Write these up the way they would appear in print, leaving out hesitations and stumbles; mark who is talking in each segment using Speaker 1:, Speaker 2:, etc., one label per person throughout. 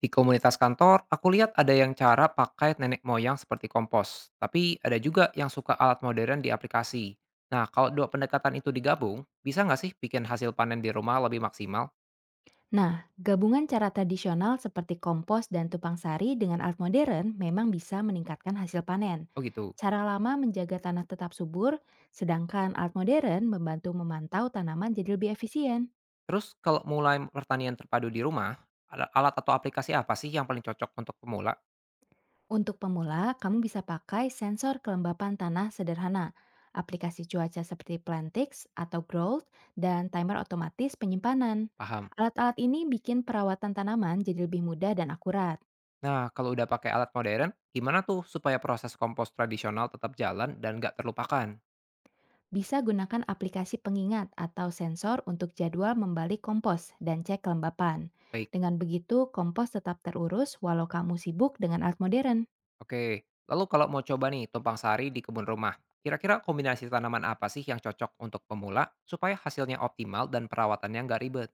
Speaker 1: Di komunitas kantor, aku lihat ada yang cara pakai nenek moyang seperti kompos, tapi ada juga yang suka alat modern di aplikasi. Nah, kalau dua pendekatan itu digabung, bisa nggak sih bikin hasil panen di rumah lebih maksimal?
Speaker 2: Nah, gabungan cara tradisional seperti kompos dan tupang sari dengan alat modern memang bisa meningkatkan hasil panen.
Speaker 1: Oh gitu.
Speaker 2: Cara lama menjaga tanah tetap subur, sedangkan alat modern membantu memantau tanaman jadi lebih efisien.
Speaker 1: Terus kalau mulai pertanian terpadu di rumah, ada alat atau aplikasi apa sih yang paling cocok untuk pemula?
Speaker 2: Untuk pemula, kamu bisa pakai sensor kelembapan tanah sederhana, aplikasi cuaca seperti Plantix atau Growth, dan timer otomatis penyimpanan.
Speaker 1: Paham.
Speaker 2: Alat-alat ini bikin perawatan tanaman jadi lebih mudah dan akurat.
Speaker 1: Nah, kalau udah pakai alat modern, gimana tuh supaya proses kompos tradisional tetap jalan dan nggak terlupakan?
Speaker 2: Bisa gunakan aplikasi pengingat atau sensor untuk jadwal membalik kompos dan cek kelembapan.
Speaker 1: Baik.
Speaker 2: Dengan begitu, kompos tetap terurus walau kamu sibuk dengan alat modern.
Speaker 1: Oke, lalu kalau mau coba nih tumpang sari di kebun rumah, kira-kira kombinasi tanaman apa sih yang cocok untuk pemula supaya hasilnya optimal dan perawatannya nggak ribet?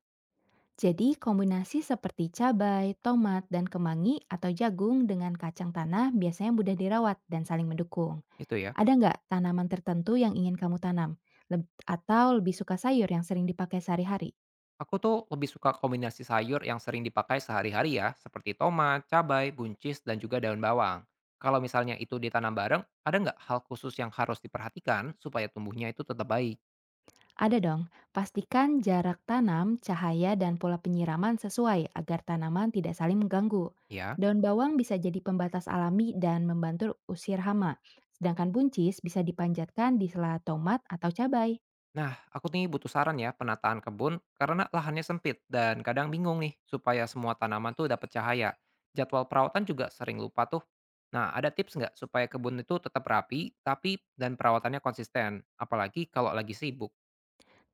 Speaker 2: Jadi, kombinasi seperti cabai, tomat, dan kemangi atau jagung dengan kacang tanah biasanya mudah dirawat dan saling mendukung.
Speaker 1: Itu ya.
Speaker 2: Ada nggak tanaman tertentu yang ingin kamu tanam? Atau lebih suka sayur yang sering dipakai sehari-hari?
Speaker 1: Aku tuh lebih suka kombinasi sayur yang sering dipakai sehari-hari ya, seperti tomat, cabai, buncis, dan juga daun bawang. Kalau misalnya itu ditanam bareng, ada nggak hal khusus yang harus diperhatikan supaya tumbuhnya itu tetap baik?
Speaker 2: Ada dong, pastikan jarak tanam, cahaya, dan pola penyiraman sesuai agar tanaman tidak saling mengganggu.
Speaker 1: Ya.
Speaker 2: Daun bawang bisa jadi pembatas alami dan membantu usir hama, sedangkan buncis bisa dipanjatkan di sela tomat atau cabai.
Speaker 1: Nah, aku nih butuh saran ya penataan kebun karena lahannya sempit dan kadang bingung nih supaya semua tanaman tuh dapat cahaya. Jadwal perawatan juga sering lupa tuh. Nah, ada tips nggak supaya kebun itu tetap rapi, tapi perawatannya konsisten, apalagi kalau lagi sibuk.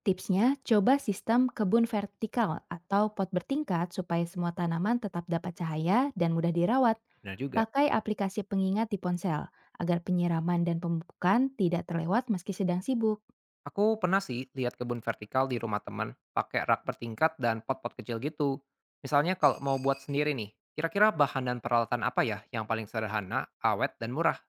Speaker 2: Tipsnya, coba sistem kebun vertikal atau pot bertingkat supaya semua tanaman tetap dapat cahaya dan mudah dirawat.
Speaker 1: Benar juga.
Speaker 2: Pakai aplikasi pengingat di ponsel agar penyiraman dan pemupukan tidak terlewat meski sedang sibuk.
Speaker 1: Aku pernah sih lihat kebun vertikal di rumah teman, pakai rak bertingkat dan pot-pot kecil gitu. Misalnya kalau mau buat sendiri nih, kira-kira bahan dan peralatan apa ya yang paling sederhana, awet, dan murah?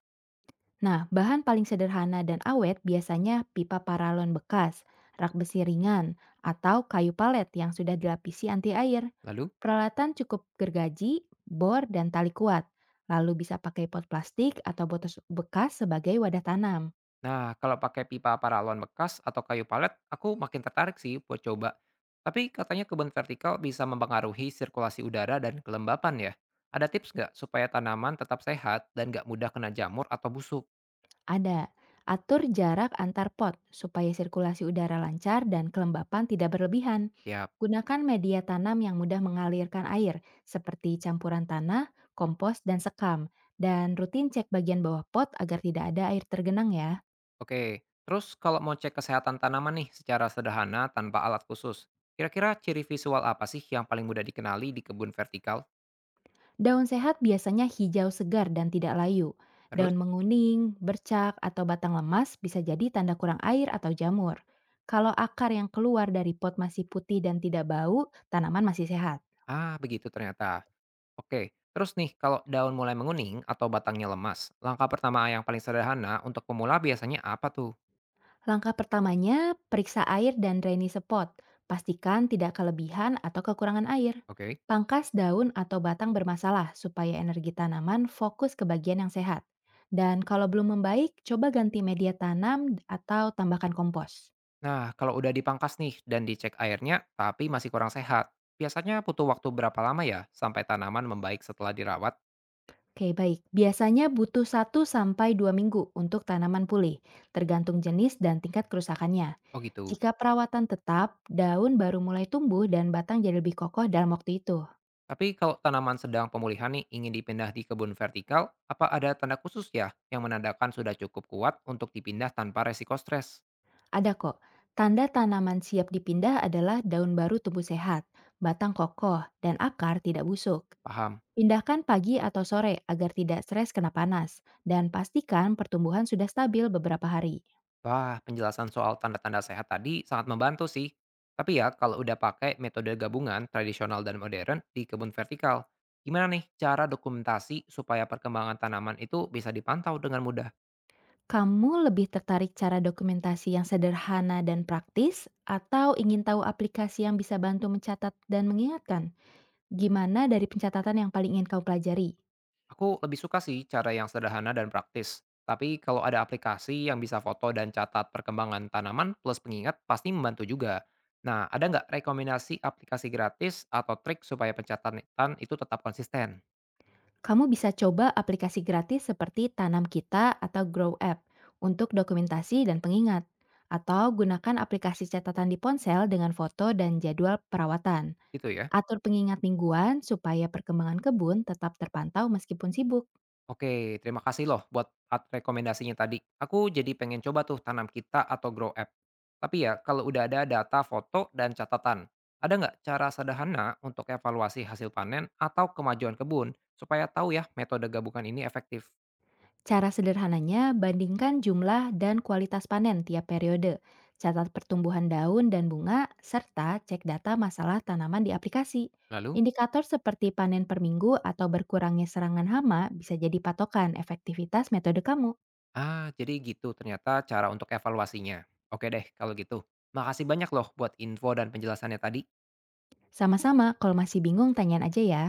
Speaker 2: Nah, bahan paling sederhana dan awet biasanya pipa paralon bekas, rak besi ringan, atau kayu palet yang sudah dilapisi anti air.
Speaker 1: Lalu?
Speaker 2: Peralatan cukup gergaji, bor, dan tali kuat. Lalu bisa pakai pot plastik atau botol bekas sebagai wadah tanam.
Speaker 1: Nah, kalau pakai pipa paralon bekas atau kayu palet, aku makin tertarik sih buat coba. Tapi katanya kebun vertikal bisa mempengaruhi sirkulasi udara dan kelembapan ya. Ada tips nggak supaya tanaman tetap sehat dan nggak mudah kena jamur atau busuk?
Speaker 2: Ada. Atur jarak antar pot supaya sirkulasi udara lancar dan kelembapan tidak berlebihan.
Speaker 1: Ya,
Speaker 2: Gunakan media tanam yang mudah mengalirkan air, seperti campuran tanah, kompos, dan sekam. Dan rutin cek bagian bawah pot agar tidak ada air tergenang ya.
Speaker 1: oke. Terus kalau mau cek kesehatan tanaman nih secara sederhana tanpa alat khusus, kira-kira ciri visual apa sih yang paling mudah dikenali di kebun vertikal?
Speaker 2: Daun sehat biasanya hijau segar dan tidak layu.
Speaker 1: Terus,
Speaker 2: Daun menguning, bercak, atau batang lemas bisa jadi tanda kurang air atau jamur. Kalau akar yang keluar dari pot masih putih dan tidak bau, tanaman masih sehat.
Speaker 1: ah begitu ternyata. Oke, terus nih kalau daun mulai menguning atau batangnya lemas, langkah pertama yang paling sederhana untuk pemula biasanya apa tuh?
Speaker 2: Langkah pertamanya, periksa air dan drainase pot. Pastikan tidak kelebihan atau kekurangan air.
Speaker 1: Oke,
Speaker 2: Pangkas daun atau batang bermasalah supaya energi tanaman fokus ke bagian yang sehat. Dan kalau belum membaik, coba ganti media tanam atau tambahkan kompos.
Speaker 1: Nah, kalau udah dipangkas nih dan dicek airnya tapi masih kurang sehat, biasanya butuh waktu berapa lama ya sampai tanaman membaik setelah dirawat?
Speaker 2: Oke, baik. Biasanya butuh satu sampai 2 minggu untuk tanaman pulih, tergantung jenis dan tingkat kerusakannya.
Speaker 1: Oh gitu.
Speaker 2: Jika perawatan tetap, daun baru mulai tumbuh dan batang jadi lebih kokoh dalam waktu itu.
Speaker 1: Tapi kalau tanaman sedang pemulihan nih ingin dipindah di kebun vertikal, apa ada tanda khusus ya yang menandakan sudah cukup kuat untuk dipindah tanpa resiko stres?
Speaker 2: Ada kok. Tanda tanaman siap dipindah adalah daun baru tumbuh sehat, batang kokoh, dan akar tidak busuk.
Speaker 1: Paham?
Speaker 2: Pindahkan pagi atau sore agar tidak stres kena panas, dan pastikan pertumbuhan sudah stabil beberapa hari.
Speaker 1: Wah, penjelasan soal tanda-tanda sehat tadi sangat membantu sih. Tapi ya, kalau udah pakai metode gabungan tradisional dan modern di kebun vertikal, gimana nih cara dokumentasi supaya perkembangan tanaman itu bisa dipantau dengan mudah?
Speaker 2: Kamu lebih tertarik cara dokumentasi yang sederhana dan praktis, atau ingin tahu aplikasi yang bisa bantu mencatat dan mengingatkan? Gimana dari pencatatan yang paling ingin kau pelajari?
Speaker 1: Aku lebih suka sih cara yang sederhana dan praktis. Tapi kalau ada aplikasi yang bisa foto dan catat perkembangan tanaman plus pengingat pasti membantu juga. Nah, ada nggak rekomendasi aplikasi gratis atau trik supaya pencatatan itu tetap konsisten?
Speaker 2: Kamu bisa coba aplikasi gratis seperti Tanam Kita atau Grow App untuk dokumentasi dan pengingat, atau gunakan aplikasi catatan di ponsel dengan foto dan jadwal perawatan.
Speaker 1: Gitu ya.
Speaker 2: Atur pengingat mingguan supaya perkembangan kebun tetap terpantau meskipun sibuk.
Speaker 1: Oke, terima kasih loh buat rekomendasinya tadi. Aku jadi pengen coba tuh Tanam Kita atau Grow App. Tapi ya, kalau udah ada data, foto, dan catatan, ada nggak cara sederhana untuk evaluasi hasil panen atau kemajuan kebun supaya tahu ya metode gabungan ini efektif?
Speaker 2: Cara sederhananya, bandingkan jumlah dan kualitas panen tiap periode, catat pertumbuhan daun dan bunga, serta cek data masalah tanaman di aplikasi.
Speaker 1: Lalu,
Speaker 2: Indikator seperti panen per minggu atau berkurangnya serangan hama bisa jadi patokan efektivitas metode kamu.
Speaker 1: ah jadi gitu ternyata cara untuk evaluasinya. Oke deh kalau gitu. Makasih banyak loh buat info dan penjelasannya tadi.
Speaker 2: Sama-sama, kalau masih bingung, tanyain aja ya.